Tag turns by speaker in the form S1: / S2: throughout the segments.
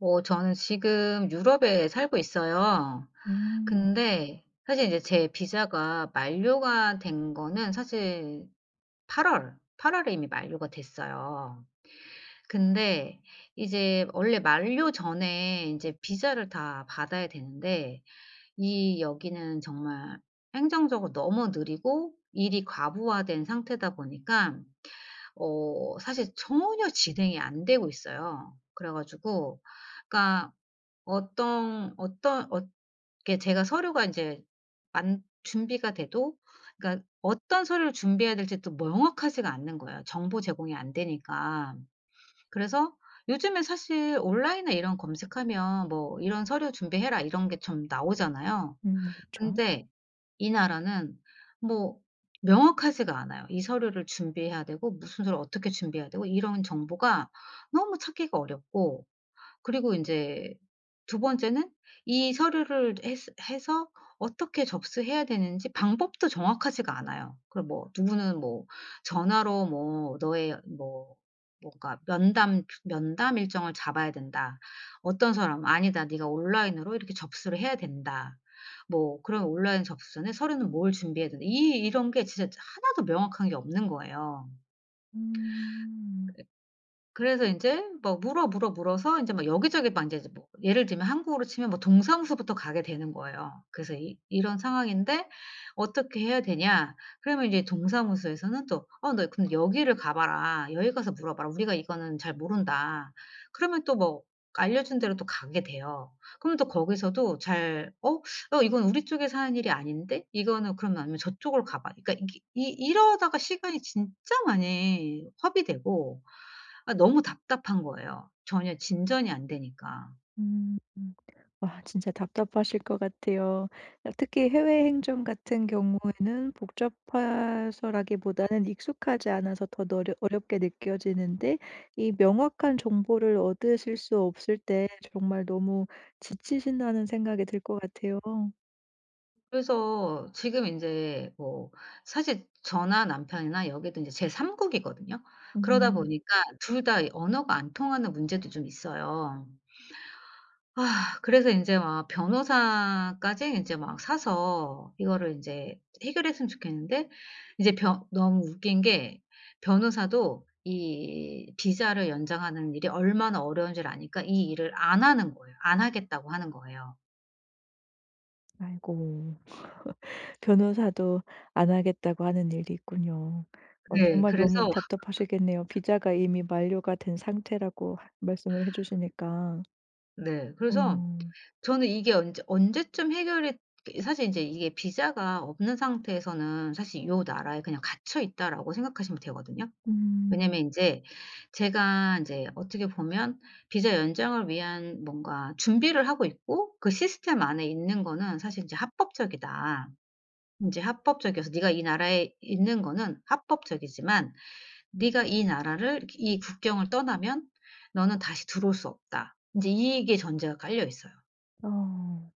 S1: 저는 지금 유럽에 살고 있어요.
S2: 음.
S1: 근데 사실 이제 제 비자가 만료가 된 거는 사실 8월에 이미 만료가 됐어요. 근데 이제 원래 만료 전에 이제 비자를 다 받아야 되는데 이 여기는 정말 행정적으로 너무 느리고 일이 과부하된 상태다 보니까 사실 전혀 진행이 안 되고 있어요. 그래 가지고 그러니까 어떤 어떤 어 이렇게 제가 서류가 인제 만 준비가 돼도 그러니까 어떤 서류를 준비해야 될지 또 명확하지가 않는 거예요, 정보 제공이 안 되니까. 그래서 요즘에 사실 온라인에 이런 검색하면 뭐 "이런 서류 준비해라." 이런 게 좀 나오잖아요.
S2: 그죠
S1: 근데 이 나라는 뭐 명확하지가 않아요. 이 서류를 준비해야 되고 무슨 서류 어떻게 준비해야 되고 이런 정보가 너무 찾기가 어렵고, 그리고 인제 두 번째는 이 서류를 해스 해서 어떻게 접수해야 되는지 방법도 정확하지가 않아요. 그 뭐 누구는 뭐 전화로 뭐 "너의 뭐 뭔가 면담 면담 일정을 잡아야 된다." 어떤 사람은 "아니다. 네가 온라인으로 이렇게 접수를 해야 된다." 뭐 "그럼 온라인 접수 전에 서류는 뭘 준비해야 된다." 이 이런 게 진짜 하나도 명확한 게 없는 거예요.
S2: 음.
S1: 그래서 인제 막 물어, 물어, 물어서 인제 막 여기저기 막 인제 뭐 예를 들면 한국으로 치면 뭐 동사무소부터 가게 되는 거예요. 그래서 이 이런 상황인데 어떻게 해야 되냐. 그러면 이제 동사무소에서는 또 "어 너 근데 여기를 가 봐라. 여기 가서 물어봐라. 우리가 이거는 잘 모른다." 그러면 또 뭐 알려준 대로 또 가게 돼요. 그러면 또 거기서도 잘 "어? 어 이건 우리 쪽에서 하는 일이 아닌데? 이거는 그러면 아니면 저쪽으로 가 봐." 그러니까 이게 이 이러다가 시간이 진짜 많이 허비되고 아 너무 답답한 거예요, 전혀 진전이 안 되니까.
S2: 음. 와, 진짜 답답하실 것 같아요. 특히 해외 행정 같은 경우에는 복잡해서라기보다는 익숙하지 않아서 더 어려 어렵게 느껴지는데 이 명확한 정보를 얻으실 수 없을 때 정말 너무 지치신다는 생각이 들 것 같아요.
S1: 그래서 지금 인제 뭐 사실 저나 남편이나 여기도 인제 제 3 국이거든요. 그러다
S2: 음.
S1: 보니까 둘 다 이 언어가 안 통하는 문제도 좀 있어요. 아 그래서 인제 막 변호사까지 인제 막 사서 이거를 인제 해결했으면 좋겠는데 이제 변 너무 웃긴 게 변호사도 이 비자를 연장하는 일이 얼마나 어려운지를 아니까 이 일을 안 하는 거예요. 안 하겠다고 하는 거예요.
S2: 아이고. 변호사도 안 하겠다고 하는 일이 있군요. 어,
S1: 네.
S2: 정말 너무
S1: 그래서
S2: 답답하시겠네요. 비자가 이미 만료가 된 상태라고 하 말씀을 해 주시니까.
S1: 네. 그래서
S2: 어.
S1: 저는 이게 언제쯤 해결이. 이 사실 인제 이게 비자가 없는 상태에서는 사실 '요 나라에 그냥 갇혀 있다.'라고 생각하시면 되거든요. 왜냐면
S2: 음.
S1: 인제 제가 인제 어떻게 보면 비자 연장을 위한 뭔가 준비를 하고 있고 그 시스템 안에 있는 거는 사실 인제 합법적이다. 인제 합법적이어서 네가 이 나라에 있는 거는 합법적이지만 네가 이 나라를 이렇게 이 국경을 떠나면 너는 다시 들어올 수 없다. 인제 이게 전제가 깔려 있어요.
S2: 어.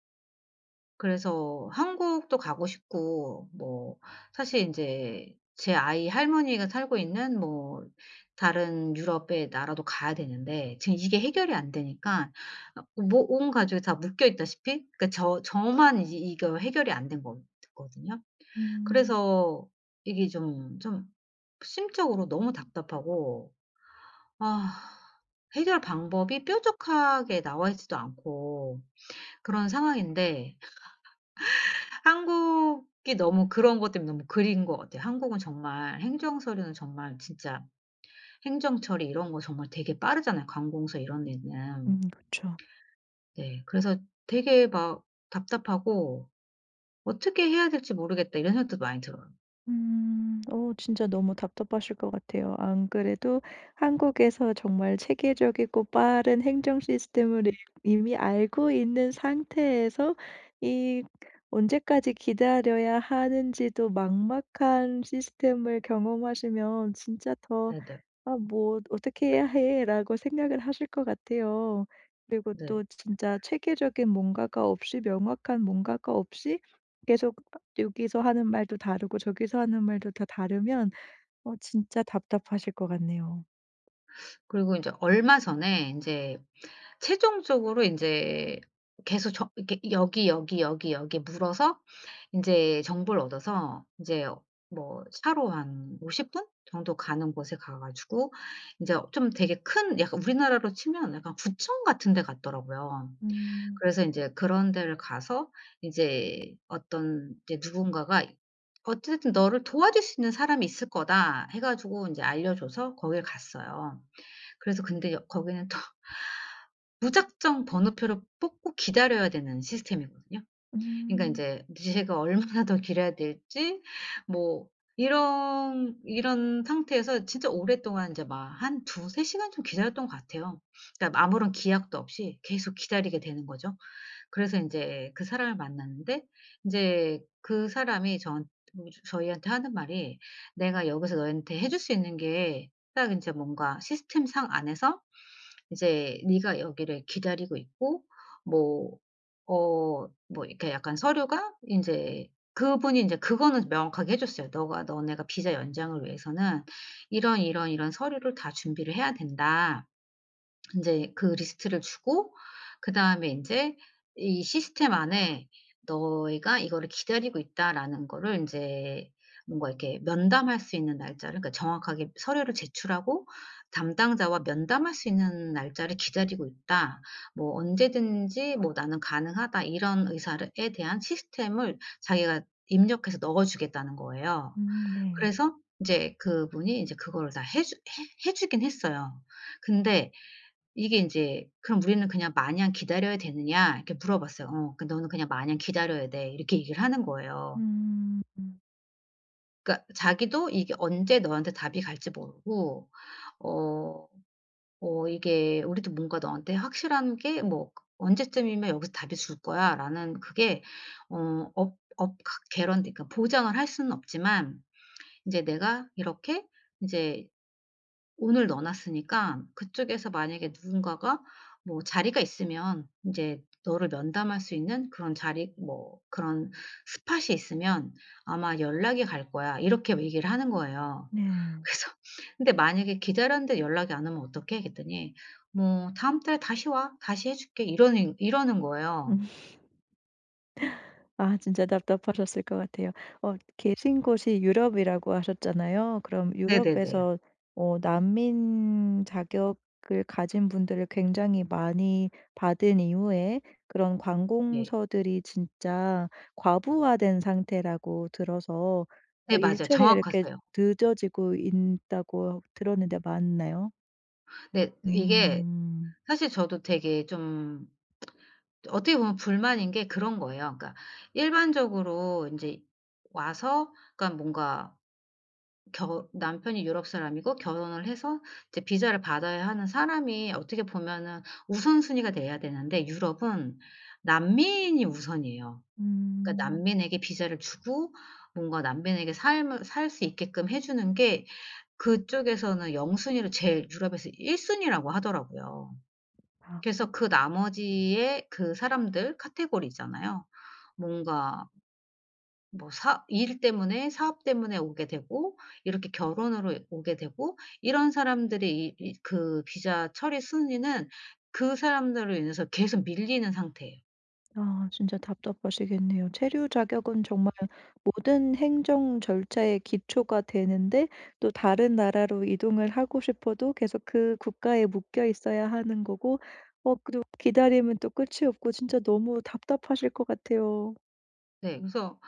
S1: 그래서 한국도 가고 싶고 뭐 사실 이제 제 아이 할머니가 살고 있는 뭐 다른 유럽의 나라도 가야 되는데 지금 이게 해결이 안 되니까 아 뭐 온 가족이 다 묶여 있다시피, 그러니까 저만 이 이거 해결이 안 된 거 거든요.
S2: 음.
S1: 그래서 이게 좀 심적으로 너무 답답하고 아 해결 방법이 뾰족하게 나와 있지도 않고 그런 상황인데 한국이 너무 그런 것 때문에 너무 그리운 것 같아요. 한국은 정말 행정 서류는 정말 진짜 행정 처리 이런 거 정말 되게 빠르잖아요, 관공서 이런 데는.
S2: 그쵸.
S1: 네. 그래서 되게 막 답답하고 '어떻게 해야 될지 모르겠다.' 이런 생각도 많이 들어요.
S2: 음. 오, 진짜 너무 답답하실 것 같아요. 안 그래도 한국에서 정말 체계적이고 빠른 행정 시스템을 이 이미 알고 있는 상태에서 이 언제까지 기다려야 하는지도 막막한 시스템을 경험하시면 진짜 더
S1: 네네.
S2: '아 뭐 어떻게 해야 해.'라고 생각을 하실 것 같아요. 그리고
S1: 네.
S2: 또 진짜 체계적인 뭔가가 없이 명확한 뭔가가 없이 계속 여기서 하는 말도 다르고 저기서 하는 말도 다 다르면 어, 진짜 답답하실 것 같네요.
S1: 그리고 인제 얼마 전에 인제 최종적으로 인제 계속 저 이렇게 여기, 여기, 여기, 여기 물어서 인제 정보를 얻어서 인제 뭐 차로 한 50분 정도 가는 곳에 가 가지고 인제 좀 되게 큰 약간 우리나라로 치면 약간 구청 같은 데 갔더라고요.
S2: 음.
S1: 그래서 인제 그런 데를 가서 이제 어떤 이제 누군가가 "어쨌든 너를 도와줄 수 있는 사람이 있을 거다." 해 가지고 인제 알려줘서 거길 갔어요. 그래서 근데 여 거기는 또 무작정 번호표를 뽑고 기다려야 되는 시스템이거든요. 그러니까
S2: 음.
S1: 인제 제가 얼마나 더 기다려야 될지 뭐 이런 상태에서 진짜 오랫동안 인제 막 한 2, 3시간 좀 기다렸던 것 같아요. 그러니까 아무런 기약도 없이 계속 기다리게 되는 거죠. 그래서 인제 그 사람을 만났는데 인제 그 사람이 저한 저희한테 하는 말이 "내가 여기서 너한테 해줄 수 있는 게 딱 인제 뭔가 시스템상 안에서 이제 "네가 여기를 기다리고 있고" 뭐 뭐 이렇게 약간 서류가 인제 그분이 인제 그거는 명확하게 해 줬어요. "너가 너네가 비자 연장을 위해서는 이런, 이런, 이런 서류를 다 준비를 해야 된다." 인제 그 리스트를 주고 그다음에 인제 이 시스템 안에 "너희가 이거를 기다리고 있다."라는 거를 인제 뭔가 이렇게 면담할 수 있는 날짜를 그러니까 정확하게 서류를 제출하고 담당자와 면담할 수 있는 날짜를 기다리고 있다. 뭐 "언제든지 뭐 나는 가능하다." 이런 의사를 에 대한 시스템을 자기가 입력해서 넣어 주겠다는 거예요.
S2: 네.
S1: 그래서 인제 그분이 인제 그거를 다 해 주 해 해 주긴 했어요. 근데 이게 인제 "그럼 우리는 그냥 마냥 기다려야 되느냐?" 이렇게 물어봤어요. "그 너는 그냥 마냥 기다려야 돼." 이렇게 얘기를 하는 거예요.
S2: 음.
S1: 그러니까 자기도 이게 언제 너한테 답이 갈지 모르고 어 이게 우리도 뭔가 너한테 확실한 게 뭐 그 "언제쯤이면 여기서 답이 줄 거야."라는 그게 어 업 업 가 개런티 그러니까 보장을 할 수는 없지만 인제 내가 이렇게 인제 오늘 넣어 놨으니까 그쪽에서 만약에 누군가가 뭐 자리가 있으면 인제 너를 면담할 수 있는 그런 자리 뭐 그런 스팟이 있으면 아마 연락이 갈 거야." 이렇게 얘기를 하는 거예요.
S2: 네.
S1: 그래서 근데 만약에 기다렸는데 연락이 안 오면 어떡해? 그랬더니 뭐 "다음 달에 다시 와. 다시 해 줄게." 이러는 거예요.
S2: 음. 아 진짜 답답하셨을 것 같아요. 어, 계신 곳이 유럽이라고 하셨잖아요. 그럼
S1: 네네네.
S2: 유럽에서 어 난민 자격을 가진 분들을 굉장히 많이 받은 이후에 그런
S1: 네.
S2: 관공서들이 진짜 과부하된 상태라고 들어서 어
S1: 네, 맞아요.
S2: 일처리가 이렇게
S1: 정확하세요.
S2: 늦어지고 있다고 들었는데 맞나요?
S1: 네. 이게
S2: 음.
S1: 사실 저도 되게 좀 어떻게 보면 불만인 게 그런 거예요. 그러니까 일반적으로 인제 와서 그러니까 뭔가 겨 남편이 유럽 사람이고 결혼을 해서 이제 비자를 받아야 하는 사람이 어떻게 보면은 우선순위가 돼야 되는데 유럽은 난민이 우선이에요. 그러니까
S2: 음.
S1: 난민에게 비자를 주고 뭔가 난민에게 삶을 살 수 있게끔 해 주는 게 그쪽에서는 0 순위로 제일 유럽에서 1 순위라고 하더라고요.
S2: 아. 어.
S1: 그래서 그 나머지의 그 사람들 카테고리잖아요. 뭔가 뭐 사 일 때문에 사업 때문에 오게 되고 이렇게 결혼으로 오게 되고 이런 사람들의 이 이 그 비자 처리 순위는 그 사람들로 인해서 계속 밀리는 상태예요.
S2: 아 진짜 답답하시겠네요. 체류 자격은 정말 모든 행정 절차의 기초가 되는데 또 다른 나라로 이동을 하고 싶어도 계속 그 국가에 묶여 있어야 하는 거고 어 또 기다림은 또 끝이 없고 진짜 너무 답답하실 것 같아요.
S1: 네. 그래서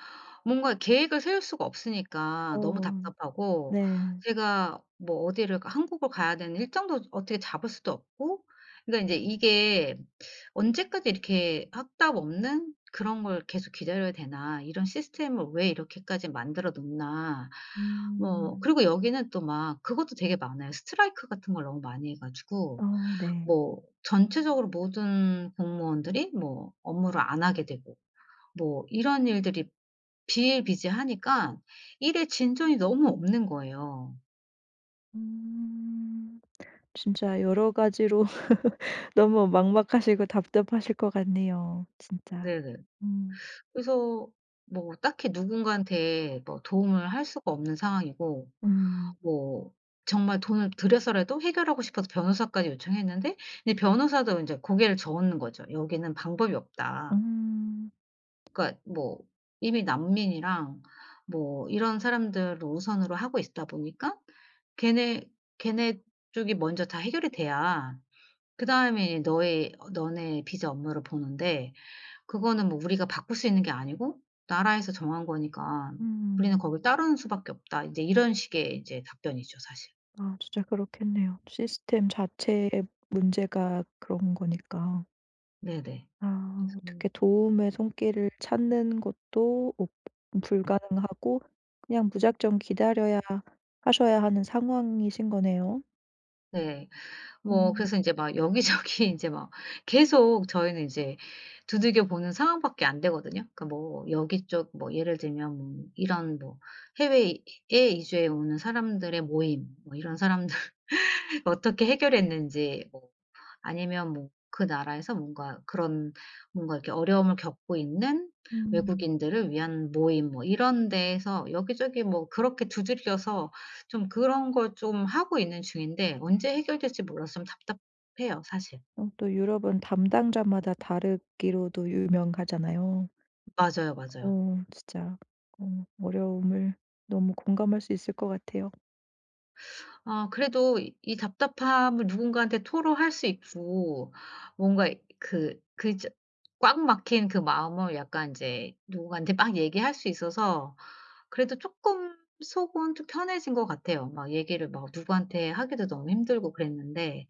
S1: 뭔가 계획을 세울 수가 없으니까 너무
S2: 어
S1: 답답하고
S2: 네.
S1: 제가 뭐 어디를 가 한국을 가야 되는 일정도 어떻게 잡을 수도 없고 그러니까 이제 이게 '언제까지 이렇게 확답 없는 그런 걸 계속 기다려야 되나. 이런 시스템을 왜 이렇게까지 만들어 놓나.' 뭐
S2: 음.
S1: 그리고 여기는 또 막 그것도 되게 많아요. 스트라이크 같은 걸 너무 많이 해
S2: 어
S1: 가지고
S2: 네.
S1: 뭐 전체적으로 모든 공무원들이 뭐 업무를 안 하게 되고 뭐 이런 일들이 비일비재하니까 일에 진전이 너무 없는 거예요.
S2: 음. 진짜 여러 가지로 너무 막막하시고 답답하실 것 같네요 진짜.
S1: 네네.
S2: 음.
S1: 그래서 뭐 딱히 누군가한테 뭐 도움을 할 수가 없는 상황이고
S2: 음.
S1: 뭐 정말 돈을 들여서라도 해결하고 싶어서 변호사까지 요청했는데 이제 변호사도 인제 고개를 저는 거죠. "여기는 방법이 없다."
S2: 음.
S1: 그러니까 뭐 이미 난민이랑 뭐 이런 사람들을 우선으로 하고 있다 보니까 걔네 걔네 쪽이 먼저 다 해결이 돼야 그다음에 너의 어 너네 비자 업무를 보는데 그거는 뭐 우리가 바꿀 수 있는 게 아니고 나라에서 정한 거니까 우리는
S2: 음.
S1: 거길 따르는 수밖에 없다. 이제 이런 식의 이제 답변이죠 사실.
S2: 아 진짜 그렇겠네요. 시스템 자체의 문제가 그런 거니까.
S1: 네네.
S2: 아
S1: 그래서
S2: 어떻게 도움의 손길을 찾는 것도 어- 불가능하고 그냥 무작정 기다려야 하셔야 하는 상황이신 거네요.
S1: 네. 뭐
S2: 음.
S1: 그래서 인제 막 여기저기 인제 막 계속 저희는 이제 두들겨 보는 상황밖에 안 되거든요. 그러니까 뭐 여기 쪽 뭐 예를 들면 뭐 이런 뭐 해외에 이주해 오는 사람들의 모임 뭐 이런 사람들 어떻게 해결했는지 뭐 아니면 뭐 그 나라에서 뭔가 그런 뭔가 이렇게 어려움을 겪고 있는
S2: 음.
S1: 외국인들을 위한 모임 뭐 이런 데에서 여기저기 뭐 그렇게 두들겨서 좀 그런 걸 좀 하고 있는 중인데 언제 해결될지 몰라서 좀 답답해요 사실.
S2: 어 또 유럽은 담당자마다 다르기로도 유명하잖아요.
S1: 맞아요, 맞아요.
S2: 어 진짜 어려움을 너무 공감할 수 있을 것 같아요.
S1: 아 그래도 이 답답함을 누군가한테 토로할 수 있고 뭔가 그 그 저 꽉 막힌 그 마음을 약간 이제 누군가한테 막 얘기할 수 있어서 그래도 조금 속은 좀 편해진 것 같아요. 막 얘기를 막 누구한테 하기도 너무 힘들고 그랬는데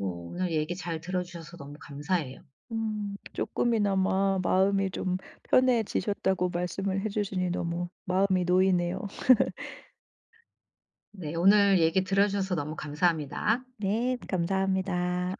S1: 오늘 얘기 잘 들어 주셔서 너무 감사해요.
S2: 음. 금이나마 마음이 좀 편해지셨다고 말씀을 해 주시니 너무 마음이 놓이네요.
S1: 네 오늘 얘기 들어 주셔서 너무 감사합니다.
S2: 네. 감사합니다.